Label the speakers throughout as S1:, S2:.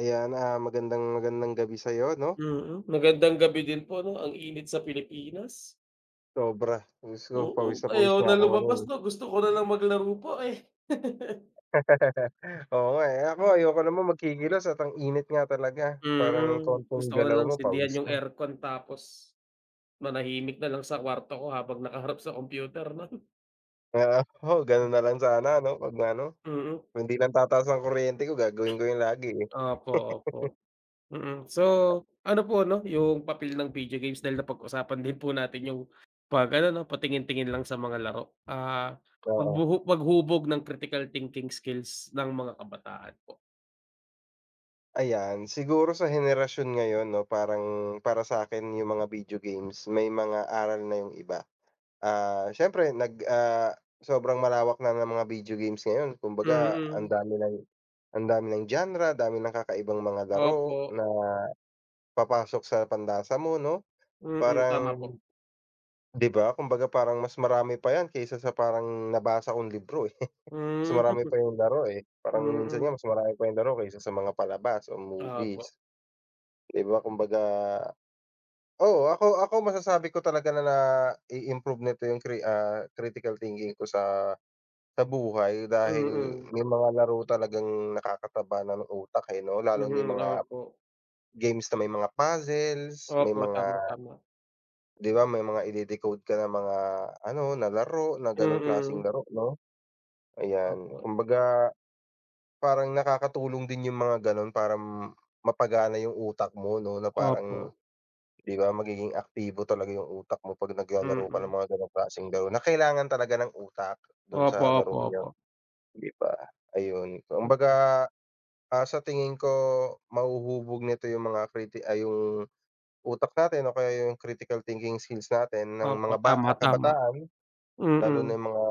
S1: Ayan, magandang magandang gabi sa'yo 'no,
S2: Mm, magandang gabi din po 'no, ang init sa Pilipinas.
S1: sobra. Diyos ko pawis
S2: Ayaw
S1: na
S2: na
S1: ako
S2: lumabas
S1: ngayon.
S2: 'no, gusto ko na lang maglaro po, eh.
S1: Oo nga, eh, ako
S2: Hmm.
S1: ayoko naman magkikilos at ang init nga talaga, parang
S2: Gusto
S1: konting
S2: ko na
S1: galaw
S2: lang
S1: mo
S2: sindihan
S1: pawis
S2: yung
S1: na.
S2: aircon tapos manahimik na lang sa kwarto ko habang nakaharap sa computer 'no.
S1: Oo, oo gano'n na lang sana 'no, 'pag ano,
S2: Mm,
S1: kung hindi lang tataas ang kuryente ko gagawin ko 'yun lagi, eh.
S2: opo, opo. So ano po 'no, yung papel ng video games dahil napag-usapan din po natin yung 'pag ano 'no, patingin-tingin lang sa mga laro, ah,
S1: Oo,
S2: pagbuhu paghubog ng critical thinking skills ng mga kabataan po.
S1: ayan siguro sa henerasyon ngayon 'no, parang para sa akin yung mga video games may mga aral na yung iba. Siyempre sobrang malawak na ng mga video games ngayon, kumbaga
S2: Mm,
S1: ang dami ng genre, dami ng kakaibang mga
S2: opo.
S1: laro na papasok sa pandasa mo 'no?
S2: Mm, tama
S1: Parang
S2: po.
S1: 'di ba, kumbaga parang mas marami pa 'yan kaysa sa parang nabasa kong libro, eh. Mas
S2: Hmm,
S1: marami pa yung laro, eh, parang minsan nga
S2: mm.
S1: mas marami pa yung laro kaysa sa mga palabas o
S2: Opo,
S1: movies, 'di ba? Kumbaga oo, ako ako masasabi ko talaga na nai-improve nito yung critical thinking ko sa buhay, dahil
S2: mm.
S1: may mga laro talagang nakakataba na ng utak, eh, 'no? Lalo na yung
S2: Mm,
S1: mga
S2: opo.
S1: games na may mga puzzles, may
S2: Opo,
S1: mga
S2: tama, tama.
S1: 'di ba, may mga ide-decode ka na mga ano, na laro, na gano'ng klaseng
S2: Mm,
S1: laro, 'no? Ayan,
S2: opo,
S1: kumbaga parang nakakatulong din yung mga gano'n para mapagana yung utak mo, 'no? Na
S2: opo.
S1: parang 'di ba, magiging aktibo talaga yung utak mo 'pag naglalaro ka ng
S2: Mm.
S1: mga gano'ng klaseng laro na kailangan talaga ng utak do'n
S2: Opo,
S1: sa
S2: opo,
S1: larong 'yon,
S2: opo.
S1: 'di ba? Ayun, kumbaga sa tingin ko mahuhubog nito yung mga kriti ay yung utak natin o kaya yung critical thinking skills natin ng
S2: Opo,
S1: mga
S2: tama, tama.
S1: kabataan,
S2: Mm,
S1: lalo
S2: mm,
S1: na yung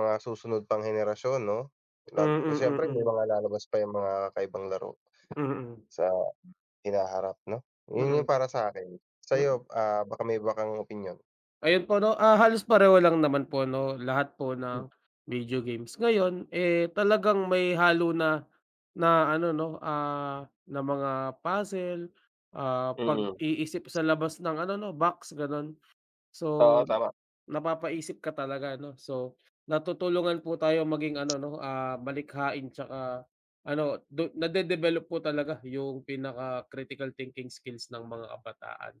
S1: mga susunod pang henerasyon 'no? Lalo kasi
S2: mm,
S1: siyempre may
S2: mm.
S1: mga lalabas pa yung mga kakaibang laro
S2: Mm,
S1: sa hinaharap 'no? Yun
S2: mm,
S1: yung para sa'kin.
S2: mm.
S1: Sa'yo, ah, baka may iba kang opinyon?
S2: Ayun po 'no, halos pareho lang naman po 'no, lahat po
S1: Hmm.
S2: ng video games. Ngayon, eh, talagang may halo na na ano 'no, na mga puzzle,
S1: Mm.
S2: pag-iisip sa labas ng ano 'no, box gano'n. So
S1: Oo, tama.
S2: napapaisip ka talaga 'no. So, natutulungan po tayo maging ano 'no, malikhain tsaka ano du nade-develop po talaga yung pinaka critical thinking skills ng mga kabataan.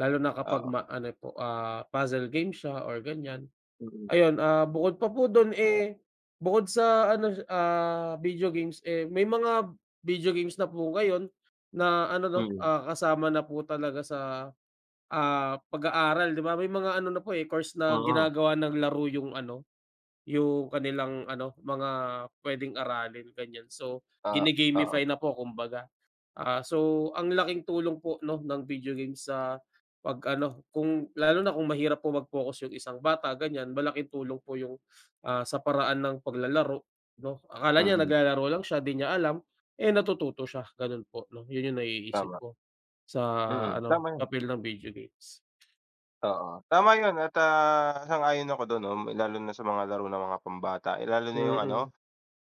S2: Lalo na kapag
S1: Oo.
S2: ano po, puzzle game siya or ganyan.
S1: Mm.
S2: Ayun, bukod pa po dun, eh, bukod sa ano, video games, eh, may mga video games na po ngayon na ano 'no,
S1: Mm.
S2: kasama na po talaga sa pag-aaral. 'Di ba may mga ano na po, eh, course na
S1: Mm.
S2: ginagawa ng laro yung ano, yung kanilang ano, mga puwedeng aralin ganyan. So,
S1: Oo, oo,
S2: gine-gamify
S1: oo.
S2: na po kumbaga. So ang laking tulong po 'no ng video games sa pag-ano kung lalo na kung mahirap po mag-focus yung isang bata ganyan, malaking tulong po yung, sa paraan ng paglalaro 'no. Akala niya
S1: Mm.
S2: naglalaro lang siya, 'di niya alam, eh, natututo siya gano'n po 'no. Yun yung naiisip
S1: Tama.
S2: ko sa
S1: Mm,
S2: ano,
S1: tama 'yan.
S2: papel ng video games.
S1: Oo, tama yun, at, ah, sang-ayon ako dun 'no, lalo na sa mga laro ng mga pambata, eh, lalo na yung
S2: Mm.
S1: ano,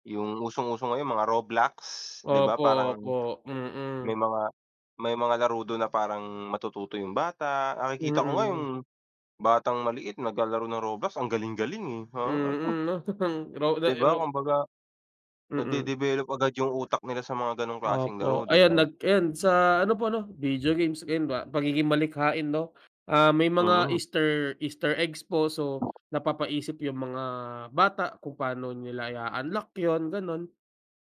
S1: yung usong-uso ngayon mga Roblox, 'di ba
S2: Opo,
S1: parang
S2: opo, mm.
S1: may mga may mga laro dun na parang matututo yung bata. Nakikita ko nga
S2: Mm.
S1: yung batang maliit naglalaro ng Roblox, ang galing-galing, eh, oo.
S2: Mm, 'no raw na
S1: 'Di ba
S2: raw
S1: kumbaga
S2: mm,
S1: nade-develop agad yung utak nila sa mga ganong klaseng laro,
S2: opo.
S1: 'di ba?
S2: Ayan sa ano po 'no, video games ayun ba pagiging malikhain 'no. Ah, may mga
S1: Mm.
S2: Easter Easter eggs po so napapaisip yung mga bata kung paano nila i-a-unlock yun, gano'n.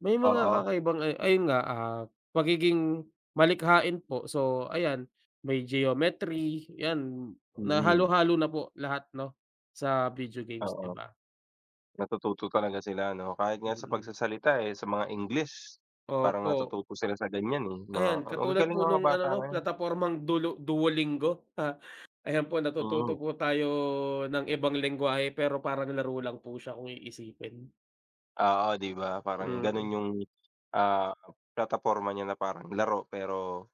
S2: May mga
S1: Oo,
S2: kakaibang ayun nga, pagiging malikhain po. So, ayan may geometry, 'yan na
S1: mm,
S2: halo-halo na po lahat 'no, sa video games, 'di
S1: oo.
S2: ba?
S1: Natututo talaga sila 'no, kahit nga sa
S2: Mm.
S1: pagsasalita, eh, sa mga English, parang
S2: Opo,
S1: natututo sila sa ganyan, eh, mga
S2: ayan katulad po
S1: magagaling ang mga
S2: nung ano
S1: bata
S2: 'no,
S1: ngayon,
S2: platapormang dulo Duolingo. Ayan po natututo
S1: mm.
S2: po tayo ng ibang lengguwahe pero parang laro lang po siya kung iisipin.
S1: Oo, 'di ba, parang gano'n
S2: Mm,
S1: yung, ah, plataporma niya na parang laro pero,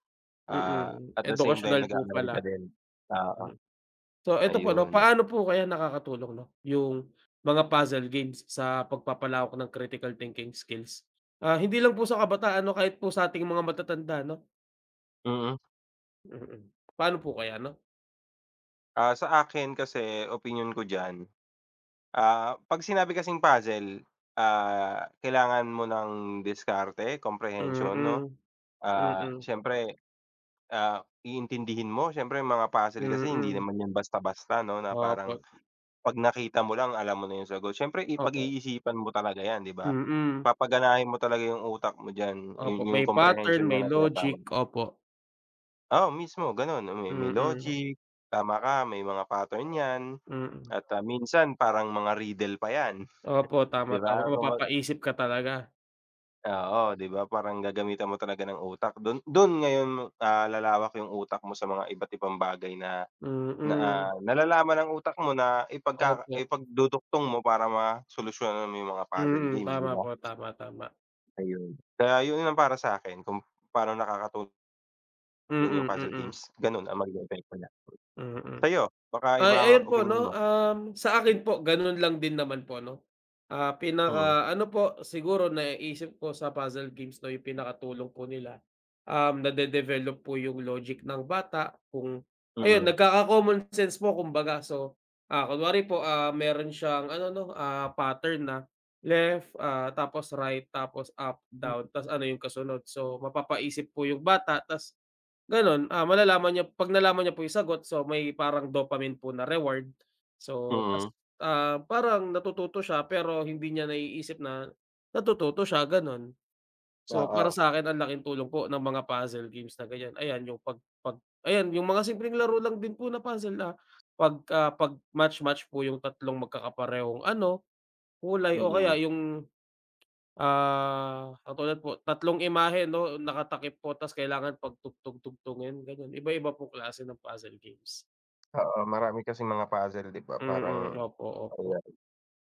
S1: ah,
S2: mm,
S1: at the same time
S2: edukasyonal po
S1: nag-aaral ka
S2: pala.
S1: din. Oo,
S2: Mm. So eto po 'no,
S1: ayun,
S2: paano po kaya nakakatulong 'no, yung mga puzzle games sa pagpapalawak ng critical thinking skills? Ah, hindi lang po sa kabataan 'no, kahit po sa ating mga matatanda 'no?
S1: mm.
S2: Mm. Paano po kaya 'no?
S1: Sa akin kasi opinyon ko diyan, ah, 'pag sinabi kasing puzzle, ah, kailangan mo ng diskarte, comprehension 'no.
S2: Mm,
S1: Ah,
S2: mm,
S1: siyempre ah, iintindihin mo siyempre yung mga puzzle kasi hindi
S2: mm.
S1: naman yan basta-basta 'no, na parang
S2: Opo,
S1: 'pag nakita mo lang alam mo na yung sagot. Siyempre
S2: opo.
S1: iisipan mo talaga yan, 'di ba?
S2: Mm,
S1: Papaganahin mo talaga yung utak mo diyan, yun
S2: opo.
S1: yung
S2: May pattern,
S1: comprehension nga
S2: may
S1: na
S2: logic,
S1: tinatawag.
S2: opo.
S1: Oo, mismo gano'n, may
S2: Mm,
S1: logic, tama ka, may mga pattern yan
S2: mm.
S1: at, ah, minsan parang mga riddle pa yan.
S2: Opo, tama,
S1: 'Di
S2: tama.
S1: ba?
S2: Mapapaisip ka talaga.
S1: Oo, 'di ba parang gagamitan mo talaga ng utak dun dun ngayon, ah, lalawak yung utak mo sa mga iba't ibang bagay na na,
S2: Mm,
S1: ah, nalalaman ng utak mo na
S2: opo.
S1: ipagdudugtong mo para masolusyonan mo yung mga puzzle
S2: Mm,
S1: games, 'di
S2: tama
S1: ba?
S2: po, tama, tama.
S1: Ayun. Kaya yun ang para sa'kin kung paano nakakatulong yung
S2: Mm,
S1: puzzle
S2: mm,
S1: games, ganun ang maging epekto niya.
S2: mm.
S1: Sa'yo, baka
S2: Ay,
S1: iba ang
S2: ayun po
S1: opinyon
S2: 'no,
S1: mo.
S2: sa akin po gano'n lang din naman po 'no. Ah,
S1: Mm,
S2: pinaka ano po siguro naiisip ko sa puzzle games 'no, yung pinakatulong po nila, nade-develop po yung logic ng bata kung ayun
S1: mm.
S2: nagkaka-common sense po kumbaga. So, kunwari po, meron siyang ano 'no, pattern na left, tapos right, tapos up, down, ta's ano yung kasunod. So, mapapaisip po yung bata ta's gano'n, malalaman niya 'pag nalaman niya po yung sagot, so may parang dopamine po na reward. So ta's,
S1: Mm,
S2: parang natututo siya pero hindi niya naiisip na natututo siya, gano'n. So para
S1: oo,
S2: sa'kin ang laking tulong po ng mga puzzle games na ganyan, ayan yung pag pag ayan yung mga simpleng laro lang din po na puzzle na pag match-match po yung tatlong magkakaparehong ano, kulay o kaya
S1: mm.
S2: yung ah, katulad po, tatlong imahe 'no, nakatakip po tas kailangan pagtugtog-tugtugin gano'n, iba-iba pong klase ng puzzle games.
S1: Oo, marami kasing mga puzzle, 'di ba, parang
S2: Mm, opo, opo.
S1: ayan,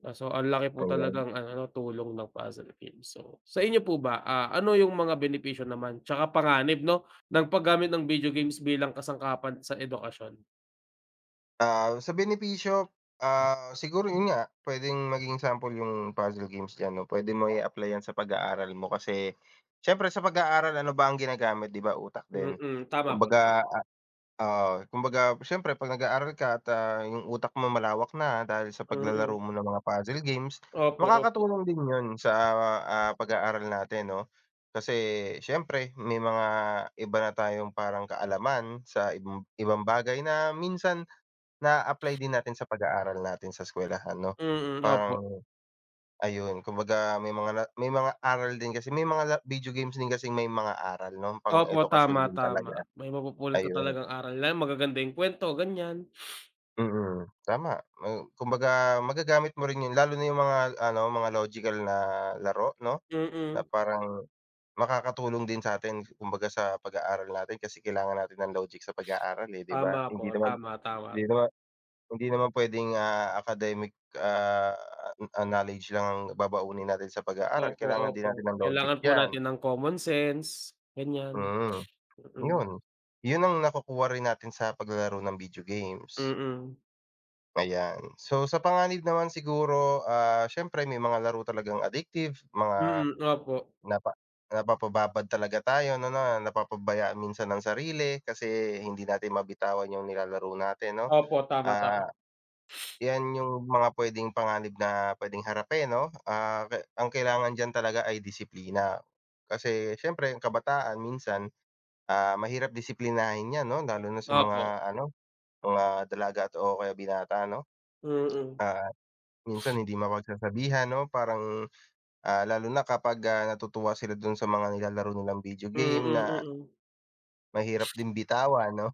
S2: Ah, so ang laki po
S1: ayan.
S2: talagang ano, tulong ng puzzle games. So, sa inyo po ba, ano yung mga benepisyo naman tsaka panganib 'no, ng paggamit ng video games bilang kasangkapan sa edukasyon?
S1: Sa benepisyo, ah, siguro yun nga, puwedeng maging sample yung puzzle games diyan 'no, puwede mo i-apply yan sa pag-aaral mo kasi siyempre sa pag-aaral ano ba ang ginagamit, 'di ba, utak din.
S2: Mm, tama po, tama.
S1: Kumbaga oo, kumbaga siyempre 'pag nag-aaral ka at, ah, yung utak mo malawak na dahil sa
S2: Mm,
S1: paglalaro mo ng mga puzzle games,
S2: opo, opo.
S1: makakatulong din yun sa, ah, pag-aaral natin 'no. Kasi siyempre may mga iba na tayong parang kaalaman sa ibang ibang bagay na minsan na-a-apply din natin sa pag-aaral natin sa eskuwelahan 'no,
S2: Mm, opo.
S1: parang ayun kumbaga may mga na may mga aral din kasi may mga video games din kasing may mga aral 'no,
S2: Opo, tama,
S1: pang-edukasyon din
S2: tama.
S1: talaga,
S2: May mapupulot ka
S1: ayun.
S2: talagang aral, lalo magaganda yung kuwento, ganiyan.
S1: Mm, tama, hmm, kumbaga magagamit mo rin 'yun lalo na yung mga ano, mga logical na laro 'no, na
S2: Mm,
S1: parang makakatulong din sa'tin kumbaga sa pag-aaral natin kasi kailangan natin ng logic sa pag-aaral, eh, 'di ba?
S2: tama po,
S1: Hindi naman
S2: tama, tama.
S1: hindi naman hindi naman pwedeng ah, academic, ah, ah, knowledge lang ang babaunin natin sa pag-aaral,
S2: Opo,
S1: kailangan din
S2: opo.
S1: natin ng logic
S2: Kailangan po
S1: diyan,
S2: natin ng common sense, ganyan.
S1: mm,
S2: Mm,
S1: yun. Yun ang nakukuha rin natin sa paglalaro ng video games,
S2: mm.
S1: ayan. So, sa panganib naman siguro, ah, siyempre may mga laro talagang addictive, mga
S2: Mm, opo.
S1: napa napapababad talaga tayo no na napapabaya minsan ang sarili kasi hindi natin mabitawan yung nilalaro natin 'no,
S2: Opo, tama, tama.
S1: ah, 'yan yung mga puwedeng panganib na puwedeng harapin 'no, ah, ang kailangan diyan talaga ay disiplina. Kasi siyempre ang kabataan minsan, ah, mahirap disiplinahin 'yan 'no, lalo na sa mga
S2: Opo.
S1: ano, mga dalaga at o kaya binata 'no.
S2: Mm.
S1: Ah, minsan hindi mapagsasabihan 'no, parang, ah, lalo na kapag, ah, natutuwa sila dun sa mga nilalaro nilang video
S2: Mm,
S1: game
S2: mm.
S1: na
S2: Mm, mm.
S1: mahirap din bitawan 'no,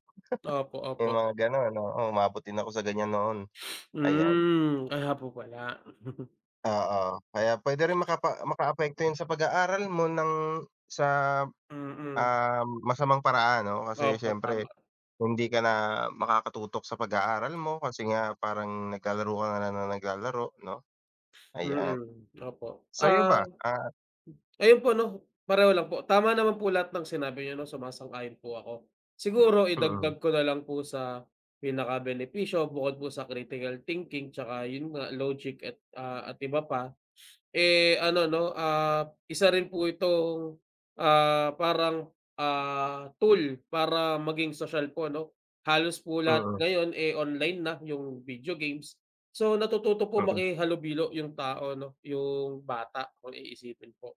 S2: Opo,
S1: yung
S2: opo.
S1: mga gano'n, oo umabot din ako sa ganiyan noon, ayan.
S2: Hmm, kaya po pala.
S1: Oo, kaya puwede rin makaapekto 'yun sa pag-aaral mo ng sa,
S2: Mm.
S1: ah, masamang paraan 'no, kasi
S2: Opo,
S1: siyempre
S2: tama.
S1: hindi ka na makakatutok sa pag-aaral mo kasi nga parang naglalaro ka na lang ng naglalaro 'no,
S2: Mm,
S1: ayan.
S2: mm, opo.
S1: Sa'yo
S2: Ah,
S1: ba, ah
S2: ayun po 'no, pareho lang po. Tama naman po lahat ng sinabi niyo 'no, sumasang-ayon po ako. Mm. Siguro
S1: mm,
S2: idagdag ko na lang po sa pinakabenepisyo bukod po sa critical thinking tsaka yun nga logic at, ah, at iba pa, eh, ano 'no, isa rin po itong, parang, tool para maging sosyal po 'no. Halos po lahat
S1: mm,
S2: ngayon, eh, online na yung video games. So, natututo po
S1: mm,
S2: makihalubilo yung tao 'no, yung bata kung iisipin po.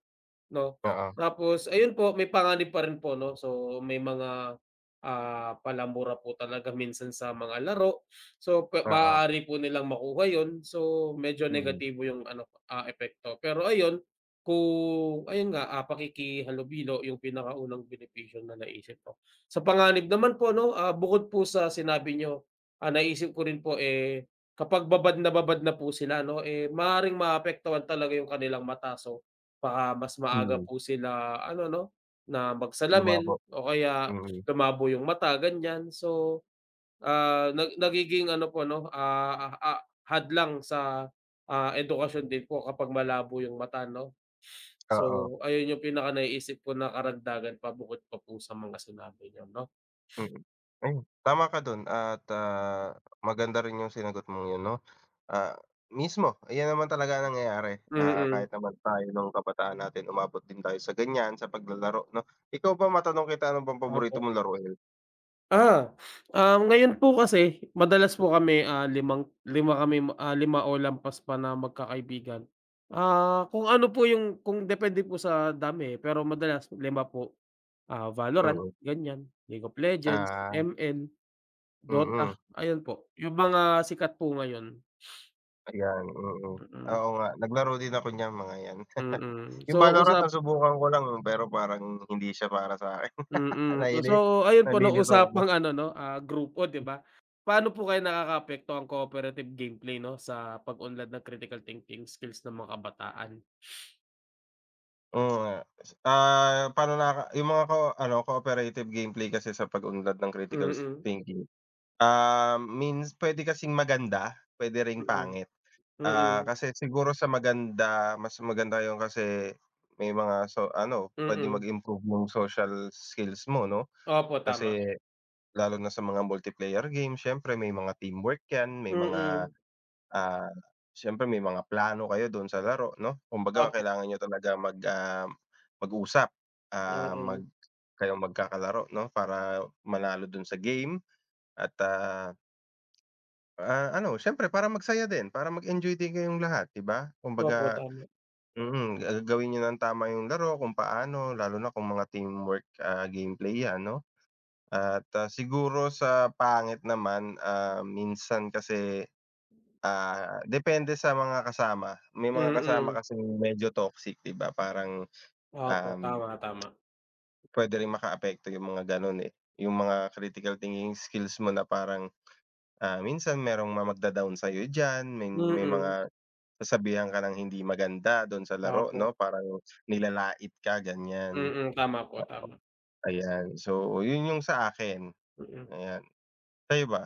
S2: 'No?
S1: oo,
S2: Tapos ayun po, may panganib pa rin po 'no, so may mga, palamura po talaga minsan sa mga laro. So
S1: oo,
S2: maaari po nilang makuha yun, so medyo
S1: mm,
S2: negatibo yung ano, epekto. Pero ayun, kung ayun nga, pakikihalubilo yung pinakaunang benepisyo na naisip ko. Sa panganib naman po 'no, bukod po sa sinabi niyo, naisip ko rin po, eh, kapag babad na po sila 'no, eh, maaaring maapektuhan talaga yung kanilang mata. So baka mas maaga
S1: mm,
S2: po sila ano 'no, na magsalamin
S1: lumabo,
S2: o kaya
S1: mm,
S2: lumabo yung mata ganyan. So, nagiging ano po 'no, hadlang sa, edukasyon din po kapag malabo yung mata 'no.
S1: oo,
S2: So, ayun yung pinaka naiisip ko na karagdagan pa bukod pa po sa mga sinabi niyo 'no.
S1: mm. Ayun, tama ka do'n at, ah, maganda rin 'yung sinagot mong 'yun 'no. Ah, mismo, ayan naman talaga ang nangyayari. Ah,
S2: Mm,
S1: kahit naman tayo nung kabataan natin umabot din tayo sa ganyan, sa paglalaro 'no. Ikaw ba, matanong kita, ano bang paborito
S2: opo.
S1: mong laruin?
S2: Ah, ngayon po kasi madalas po kami, limang lima kami, lima o lampas pa na magkakaibigan. Ah, kung ano po yung kung depende po sa dami, eh, pero madalas lima po. Ah, Valorant,
S1: Mm.
S2: ganyan, League of Legends,
S1: Ah,
S2: M ML, Dota,
S1: mm,
S2: ayun po, yung mga sikat po ngayon.
S1: ayan, mm.
S2: Mm,
S1: Oo nga, naglaro din ako niyan mga 'yan.
S2: mm.
S1: Yung
S2: So
S1: Valorant
S2: usa
S1: nasubukan ko lang pero parang hindi siya para sa'kin.
S2: Mm.
S1: Naiinis
S2: So ayun po, no,
S1: nalilito ako.
S2: usapang ano, 'no, grupo, 'di ba? Paano po kaya nakakaapekto ang cooperative gameplay, 'no, sa pag-unlad ng critical thinking skills ng mga kabataan?
S1: Oo nga. Ah, paano naka yung mga cooperative gameplay kasi sa pag-unlad ng critical
S2: Mm,
S1: thinking. Ah, means pwede kasing maganda, pwede ring
S2: mm,
S1: pangit.
S2: mm,
S1: Kasi siguro sa maganda, mas maganda 'yun kasi may mga puwedeng
S2: mm.
S1: mag-improve yung social skills mo 'no.
S2: Opo, tama.
S1: Kasi lalo na sa mga multiplayer game siyempre may mga teamwork 'yan, may mga,
S2: Mm,
S1: ah, siyempre may mga plano kayo do'n sa laro 'no. Kumbaga
S2: opo,
S1: kailangan niyo talaga mag-usap, ah,
S2: mm.
S1: mag kayong magkakalaro 'no para manalo do'n sa game at, ah, ano siyempre para magsaya din, para mag-enjoy din kayong lahat, 'di ba?
S2: Opo,
S1: Kumbaga
S2: tama.
S1: mm, gawin niyo ng tama yung laro kung paano, lalo na kung mga teamwork, ah, gameplay yan 'no? At, ah, siguro sa pangit naman, ah, minsan kasi, ah, depende sa mga kasama. May mga kasama
S2: Mm.
S1: kasi medyo toxic, 'di ba? Parang,
S2: Opo,
S1: um,
S2: tama, tama.
S1: puwede rin makaapekto yung mga gano'n, eh. Yung mga critical thinking skills mo na parang, ah, minsan merong magda-down sa'yo diyan, may
S2: Mm,
S1: mga sasabihan ka ng hindi maganda don sa laro
S2: opo.
S1: 'no, parang nilalait ka ganyan,
S2: Mm, tama po, tama.
S1: ayan. So, yun yung sa akin,
S2: Mm.
S1: ayan. Sa'yo ba?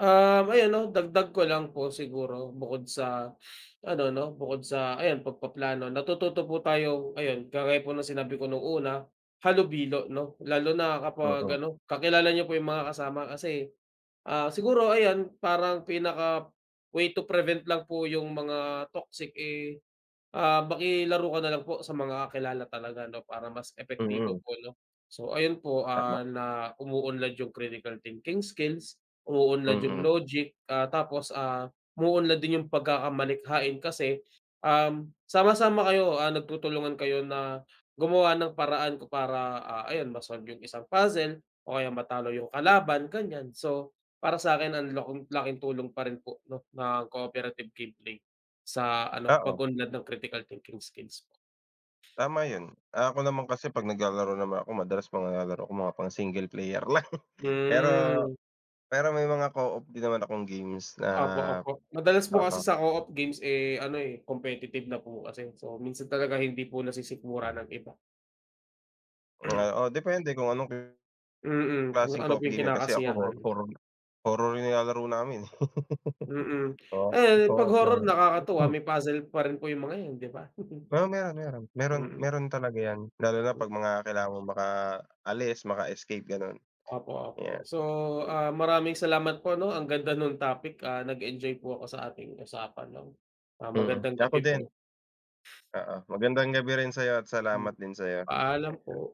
S2: Ayun 'no, dagdag ko lang po siguro bukod sa ano 'no, bukod sa ayan pagpaplano natututo po tayo ayun kagaya po ng sinabi ko nung una, halubilo 'no, lalo na kapag
S1: Oo,
S2: ano, kakilala niyo po yung mga kasama kasi, siguro ayan parang pinaka way to prevent lang po yung mga toxic, eh, makilaro ka na lang po sa mga kakilala talaga 'no, para mas epektibo
S1: mm,
S2: po 'no. So ayun po,
S1: tama,
S2: na umu-unlad yung critical thinking skills, umu-unlad yung
S1: mm.
S2: logic, tapos, umu-unlad din yung pagkakamalikhain kasi, sama-sama kayo, nagtutulungan kayo na gumawa ng paraan ko para, ayun ma-solve yung isang puzzle o kaya matalo yung kalaban, ganyan. So para sa'kin ang laking laking tulong pa rin po 'no, ng cooperative gameplay. Sa ano,
S1: Oo,
S2: pag-unlad ng critical thinking skills po.
S1: tama yun. Ako naman kasi 'pag naglalaro naman ako madalas mga nilalaro ko mga pang single player lang. Pero
S2: Hmm.
S1: Pero may mga co-op din naman akong games na
S2: Opo, opo. Madalas po kasi
S1: oo,
S2: sa co-op games, eh, ano, eh, competitive na po kasi. So, minsan talaga hindi po nasisikmura ng iba.
S1: oo, depende kung anong
S2: Mm, kung
S1: klaseng
S2: ano po
S1: co-op
S2: yung
S1: game yun, kasi ako hor
S2: kinakasiyahan.
S1: horror horror yung nilalaro namin, eh.
S2: Mm.
S1: Oo,
S2: Eh, 'pag
S1: co-op
S2: horror
S1: lang.
S2: nakakatuwa may puzzle pa rin po yung mga 'yan, 'di ba?
S1: Oo, meron, meron. Meron,
S2: Mm.
S1: meron talaga 'yan, lalo na 'pag mga kailangan mong makaalis, maka-escape gano'n,
S2: Opo, opo.
S1: 'yan.
S2: So, maraming salamat po 'no, ang ganda nung topic, nag-enjoy po ako sa ating usapan 'no. Ah,
S1: Mm,
S2: magandang
S1: ako
S2: gabi
S1: din,
S2: po.
S1: oo. Magandang gabi rin sa'yo at
S2: Hmm,
S1: salamat din sa'yo.
S2: paalam po.